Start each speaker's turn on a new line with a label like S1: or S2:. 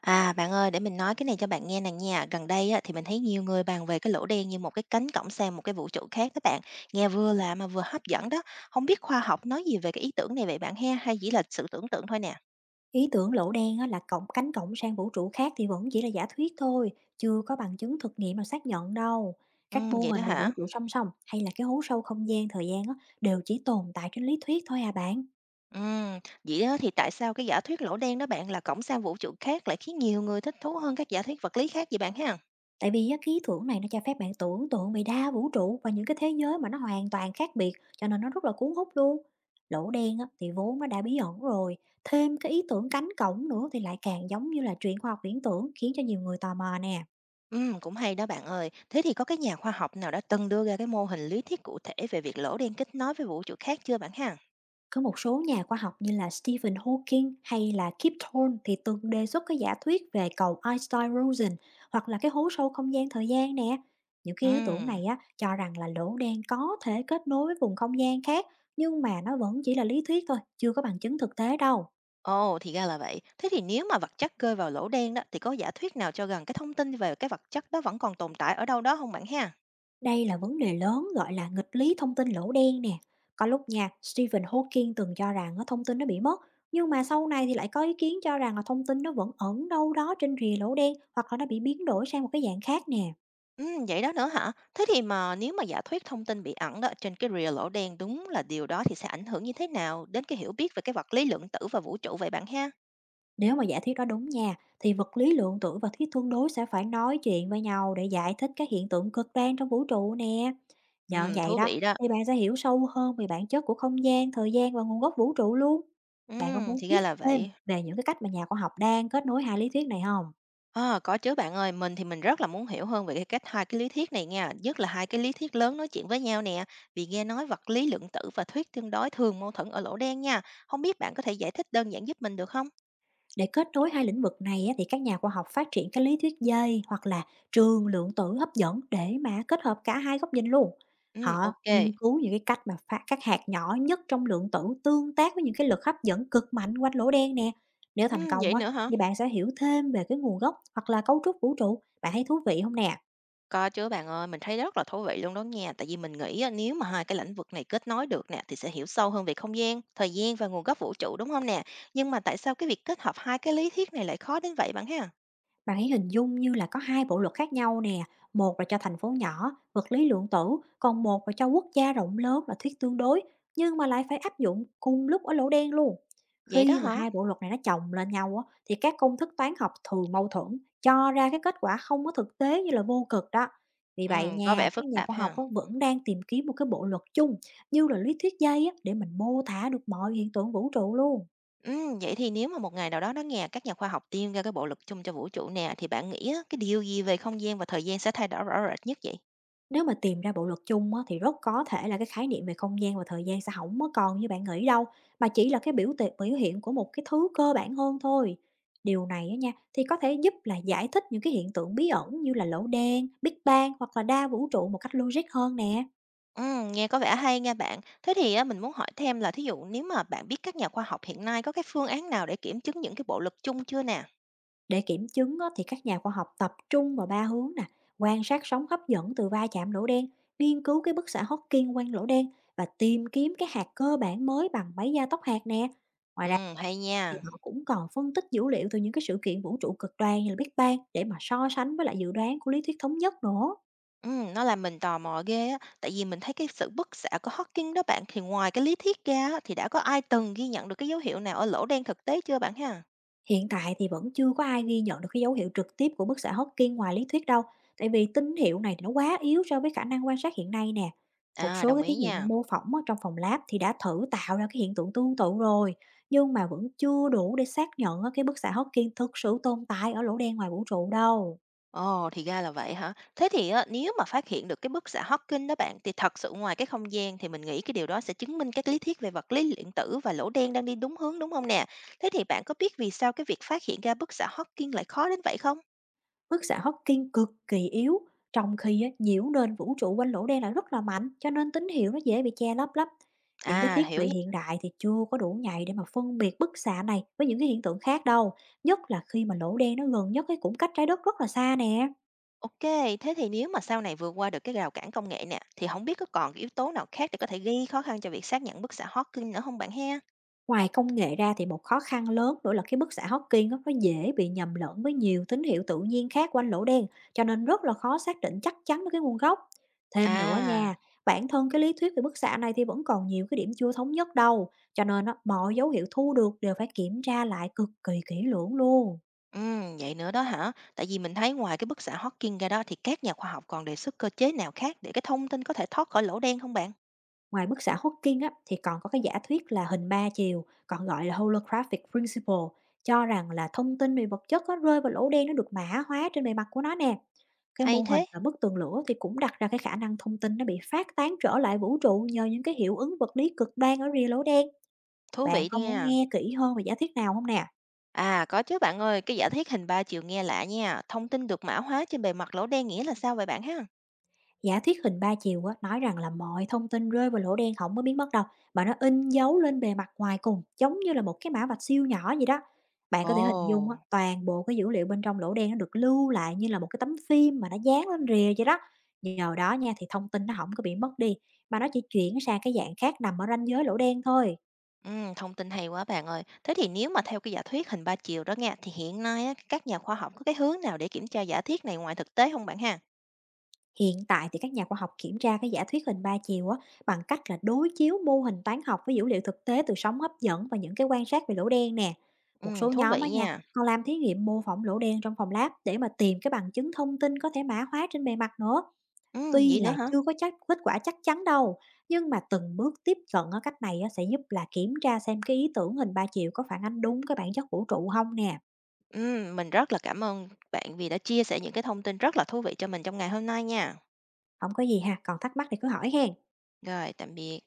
S1: À, bạn ơi, để mình nói cái này cho bạn nghe nè nha. Gần đây á, thì mình thấy nhiều người bàn về cái lỗ đen như một cái cánh cổng sang một cái vũ trụ khác các bạn. Nghe vừa lạ mà vừa hấp dẫn đó. Không biết khoa học nói gì về cái ý tưởng này vậy bạn ha? Hay chỉ là sự tưởng tượng thôi nè?
S2: Ý tưởng lỗ đen á, là cánh cổng sang vũ trụ khác thì vẫn chỉ là giả thuyết thôi, chưa có bằng chứng thực nghiệm nào xác nhận đâu.
S1: Ừ,
S2: Các mô
S1: vậy đó
S2: hình về
S1: hả?
S2: vũ trụ song song hay là cái hố sâu không gian thời gian á, đều chỉ tồn tại trên lý thuyết thôi à bạn.
S1: Ừ, vậy đó thì tại sao cái giả thuyết lỗ đen đó bạn là cổng sang vũ trụ khác lại khiến nhiều người thích thú hơn các giả thuyết vật lý khác vậy bạn ha?
S2: Tại vì á, cái ý tưởng này nó cho phép bạn tưởng tượng về đa vũ trụ và những cái thế giới mà nó hoàn toàn khác biệt, cho nên nó rất là cuốn hút luôn. Lỗ đen á, thì vốn nó đã bí ẩn rồi, thêm cái ý tưởng cánh cổng nữa thì lại càng giống như là chuyện khoa học viễn tưởng, khiến cho nhiều người tò mò nè.
S1: Ừ, cũng hay đó bạn ơi. Thế thì có cái nhà khoa học nào đã từng đưa ra cái mô hình lý thuyết cụ thể về việc lỗ đen kết nối với vũ trụ khác chưa bạn ha?
S2: Có một số nhà khoa học như là Stephen Hawking hay là Kip Thorne thì từng đề xuất cái giả thuyết về cầu Einstein-Rosen hoặc là cái hố sâu không gian thời gian nè. Những cái ý tưởng
S1: Ừ.
S2: này á cho rằng là lỗ đen có thể kết nối với vùng không gian khác, nhưng mà nó vẫn chỉ là lý thuyết thôi, chưa có bằng chứng thực tế đâu.
S1: Ồ, thì ra là vậy. Thế thì nếu mà vật chất rơi vào lỗ đen đó, thì có giả thuyết nào cho rằng cái thông tin về cái vật chất đó vẫn còn tồn tại ở đâu đó không bạn ha?
S2: Đây là vấn đề lớn gọi là nghịch lý thông tin lỗ đen nè. Có lúc nha, Stephen Hawking từng cho rằng á, thông tin nó bị mất, nhưng mà sau này thì lại có ý kiến cho rằng là thông tin nó vẫn ẩn đâu đó trên rìa lỗ đen hoặc là nó bị biến đổi sang một cái dạng khác nè.
S1: Ừ, vậy đó nữa hả? Thế thì mà nếu mà giả thuyết thông tin bị ẩn đó trên cái rìa lỗ đen đúng là điều đó thì sẽ ảnh hưởng như thế nào đến cái hiểu biết về cái vật lý lượng tử và vũ trụ vậy bạn ha?
S2: Nếu mà giả thuyết đó đúng nha, thì vật lý lượng tử và thuyết tương đối sẽ phải nói chuyện với nhau để giải thích các hiện tượng cực đoan trong vũ trụ nè. Nhờ
S1: Ừ,
S2: vậy
S1: thú
S2: đó,
S1: vị đó.
S2: thì bạn sẽ hiểu sâu hơn về bản chất của không gian, thời gian và nguồn gốc vũ trụ luôn.
S1: Ừ,
S2: Bạn có muốn
S1: thì
S2: biết
S1: ra là
S2: thêm
S1: vậy.
S2: về những cái cách mà nhà khoa học đang kết nối hai lý thuyết này không?
S1: Ờ, có chứ bạn ơi, mình rất là muốn hiểu hơn về cái cách hai cái lý thuyết này nha, nhất là hai cái lý thuyết lớn nói chuyện với nhau nè, vì nghe nói vật lý lượng tử và thuyết tương đối thường mâu thuẫn ở lỗ đen nha. Không biết bạn có thể giải thích đơn giản giúp mình được không?
S2: Để kết nối hai lĩnh vực này á, thì các nhà khoa học phát triển cái lý thuyết dây hoặc là trường lượng tử hấp dẫn để mà kết hợp cả hai góc nhìn luôn.
S1: Ừ,
S2: Họ
S1: ok.
S2: nghiên cứu những cái cách mà phát các hạt nhỏ nhất trong lượng tử tương tác với những cái lực hấp dẫn cực mạnh quanh lỗ đen nè. Nếu
S1: Ừ,
S2: thành
S1: vậy
S2: công á,
S1: nữa hả?
S2: thì bạn sẽ hiểu thêm về cái nguồn gốc hoặc là cấu trúc vũ trụ. Bạn thấy thú vị không nè?
S1: Có chứ bạn ơi, mình thấy rất là thú vị luôn đó nha, tại vì mình nghĩ á, nếu mà hai cái lĩnh vực này kết nối được nè thì sẽ hiểu sâu hơn về không gian, thời gian và nguồn gốc vũ trụ đúng không nè? Nhưng mà tại sao cái việc kết hợp hai cái lý thuyết này lại khó đến vậy bạn ha?
S2: Bạn hãy hình dung như là có hai bộ luật khác nhau nè, một là cho thành phố nhỏ, vật lý lượng tử, còn một là cho quốc gia rộng lớn là thuyết tương đối, nhưng mà lại phải áp dụng cùng lúc ở lỗ đen luôn.
S1: Vậy đó
S2: Khi mà
S1: hả?
S2: hai bộ luật này nó chồng lên nhau á, thì các công thức toán học thường mâu thuẫn, cho ra cái kết quả không có thực tế như là vô cực đó. Vì vậy
S1: Ừ, có
S2: nha,
S1: vẻ
S2: các
S1: phức
S2: nhà
S1: tạp
S2: khoa học
S1: ha.
S2: á, vẫn đang tìm kiếm một cái bộ luật chung như là lý thuyết dây á, để mình mô tả được mọi hiện tượng vũ trụ luôn.
S1: Vậy thì nếu mà một ngày nào đó nó nghe các nhà khoa học tiên ra cái bộ luật chung cho vũ trụ nè thì bạn nghĩ á, cái điều gì về không gian và thời gian sẽ thay đổi rõ rệt nhất vậy?
S2: Nếu mà tìm ra bộ luật chung á, thì rất có thể là cái khái niệm về không gian và thời gian sẽ không có còn như bạn nghĩ đâu, mà chỉ là cái biểu hiện của một cái thứ cơ bản hơn thôi. Điều này á nha, thì có thể giúp là giải thích những cái hiện tượng bí ẩn như là lỗ đen, Big Bang hoặc là đa vũ trụ một cách logic hơn nè.
S1: Nghe có vẻ hay nha bạn. Thế thì á, mình muốn hỏi thêm là thí dụ nếu mà bạn biết các nhà khoa học hiện nay có cái phương án nào để kiểm chứng những cái bộ luật chung chưa nè?
S2: Để kiểm chứng á, thì các nhà khoa học tập trung vào ba hướng nè, quan sát sóng hấp dẫn từ va chạm lỗ đen, nghiên cứu cái bức xạ Hawking quanh lỗ đen và tìm kiếm cái hạt cơ bản mới bằng máy gia tốc hạt nè. Ngoài ra
S1: Hay
S2: thì
S1: nha.
S2: họ cũng còn phân tích dữ liệu từ những cái sự kiện vũ trụ cực đoan như là Big Bang để mà so sánh với lại dự đoán của lý thuyết thống nhất nữa.
S1: Nó làm mình tò mò ghê á, tại vì mình thấy cái sự bức xạ của Hawking đó bạn thì ngoài cái lý thuyết ra á, thì đã có ai từng ghi nhận được cái dấu hiệu nào ở lỗ đen thực tế chưa bạn ha?
S2: Hiện tại thì vẫn chưa có ai ghi nhận được cái dấu hiệu trực tiếp của bức xạ Hawking ngoài lý thuyết đâu, tại vì tín hiệu này thì nó quá yếu so với khả năng quan sát hiện nay nè. Một
S1: À,
S2: số
S1: đồng
S2: cái
S1: ý
S2: thí
S1: nha.
S2: nghiệm mô phỏng ở trong phòng lab thì đã thử tạo ra cái hiện tượng tương tự rồi, nhưng mà vẫn chưa đủ để xác nhận á, cái bức xạ Hawking thực sự tồn tại ở lỗ đen ngoài vũ trụ đâu.
S1: Ồ, thì ra là vậy hả? Thế thì á, nếu mà phát hiện được cái bức xạ Hawking đó bạn thì thật sự ngoài cái không gian thì mình nghĩ cái điều đó sẽ chứng minh các lý thuyết về vật lý lượng tử và lỗ đen đang đi đúng hướng đúng không nè? Thế thì bạn có biết vì sao cái việc phát hiện ra bức xạ Hawking lại khó đến vậy không?
S2: Bức xạ Hawking cực kỳ yếu, trong khi á, nhiễu nền vũ trụ quanh lỗ đen lại rất là mạnh, cho nên tín hiệu nó dễ bị che lấp lắm. Những cái
S1: À,
S2: thiết
S1: hiểu
S2: bị
S1: nha.
S2: hiện đại thì chưa có đủ nhạy để mà phân biệt bức xạ này với những cái hiện tượng khác đâu, nhất là khi mà lỗ đen nó gần nhất cái cũng cách trái đất rất là xa nè.
S1: Ok, thế thì nếu mà sau này vượt qua được cái rào cản công nghệ nè thì không biết có còn cái yếu tố nào khác để có thể gây khó khăn cho việc xác nhận bức xạ Hawking nữa không bạn he?
S2: Ngoài công nghệ ra thì một khó khăn lớn nữa là cái bức xạ Hawking á, nó dễ bị nhầm lẫn với nhiều tín hiệu tự nhiên khác quanh lỗ đen, cho nên rất là khó xác định chắc chắn được cái nguồn gốc. Thêm nữa nha,
S1: À,
S2: bản thân cái lý thuyết về bức xạ này thì vẫn còn nhiều cái điểm chưa thống nhất đâu, cho nên á, mọi dấu hiệu thu được đều phải kiểm tra lại cực kỳ kỹ lưỡng luôn.
S1: ừm, vậy nữa đó hả? Tại vì mình thấy ngoài cái bức xạ Hawking ra đó thì các nhà khoa học còn đề xuất cơ chế nào khác để cái thông tin có thể thoát khỏi lỗ đen không bạn?
S2: Ngoài bức xạ Hawking á, thì còn có cái giả thuyết là hình ba chiều, còn gọi là holographic principle, cho rằng là thông tin về vật chất á, rơi vào lỗ đen nó được mã hóa trên bề mặt của nó nè. Cái
S1: Hay
S2: mô hình
S1: thế,
S2: mà bức tường lửa thì cũng đặt ra cái khả năng thông tin nó bị phát tán trở lại vũ trụ nhờ những cái hiệu ứng vật lý cực đoan ở rìa lỗ đen.
S1: thú
S2: Bạn
S1: vị
S2: có muốn
S1: nha.
S2: nghe kỹ hơn về giả thuyết nào không nè?
S1: À, có chứ bạn ơi, cái giả thuyết hình ba chiều nghe lạ nha. Thông tin được mã hóa trên bề mặt lỗ đen nghĩa là sao vậy bạn ha?
S2: Giả thuyết hình ba chiều á, nói rằng là mọi thông tin rơi vào lỗ đen không có biến mất đâu, mà nó in dấu lên bề mặt ngoài cùng giống như là một cái mã vạch siêu nhỏ vậy đó. Bạn có thể hình dung á,
S1: Ồ.
S2: toàn bộ cái dữ liệu bên trong lỗ đen nó được lưu lại như là một cái tấm phim mà nó dán lên rìa vậy đó. Nhờ đó nha, thì thông tin nó không có bị mất đi, mà nó chỉ chuyển sang cái dạng khác nằm ở ranh giới lỗ đen thôi.
S1: Ừ, thông tin hay quá bạn ơi. Thế thì nếu mà theo cái giả thuyết hình ba chiều đó nha, thì hiện nay á, các nhà khoa học có cái hướng nào để kiểm tra giả thuyết này ngoài thực tế không bạn ha?
S2: Hiện tại thì các nhà khoa học kiểm tra cái giả thuyết hình ba chiều á bằng cách là đối chiếu mô hình toán học với dữ liệu thực tế từ sóng hấp dẫn và những cái quan sát về lỗ đen nè.
S1: Ừ,
S2: Một số
S1: thú
S2: nhóm
S1: vị
S2: á nha,
S1: nha.
S2: còn làm thí nghiệm mô phỏng lỗ đen trong phòng lab để mà tìm cái bằng chứng thông tin có thể mã hóa trên bề mặt nữa.
S1: Ừ,
S2: Tuy
S1: vậy nữa
S2: là
S1: hả?
S2: chưa có kết quả chắc chắn đâu, nhưng mà từng bước tiếp cận ở cách này á, sẽ giúp là kiểm tra xem cái ý tưởng hình ba chiều có phản ánh đúng cái bản chất vũ trụ không nè.
S1: Mình rất là cảm ơn bạn vì đã chia sẻ những cái thông tin rất là thú vị cho mình trong ngày hôm nay nha.
S2: Không có gì ha, còn thắc mắc thì cứ hỏi hen.
S1: Rồi, tạm biệt.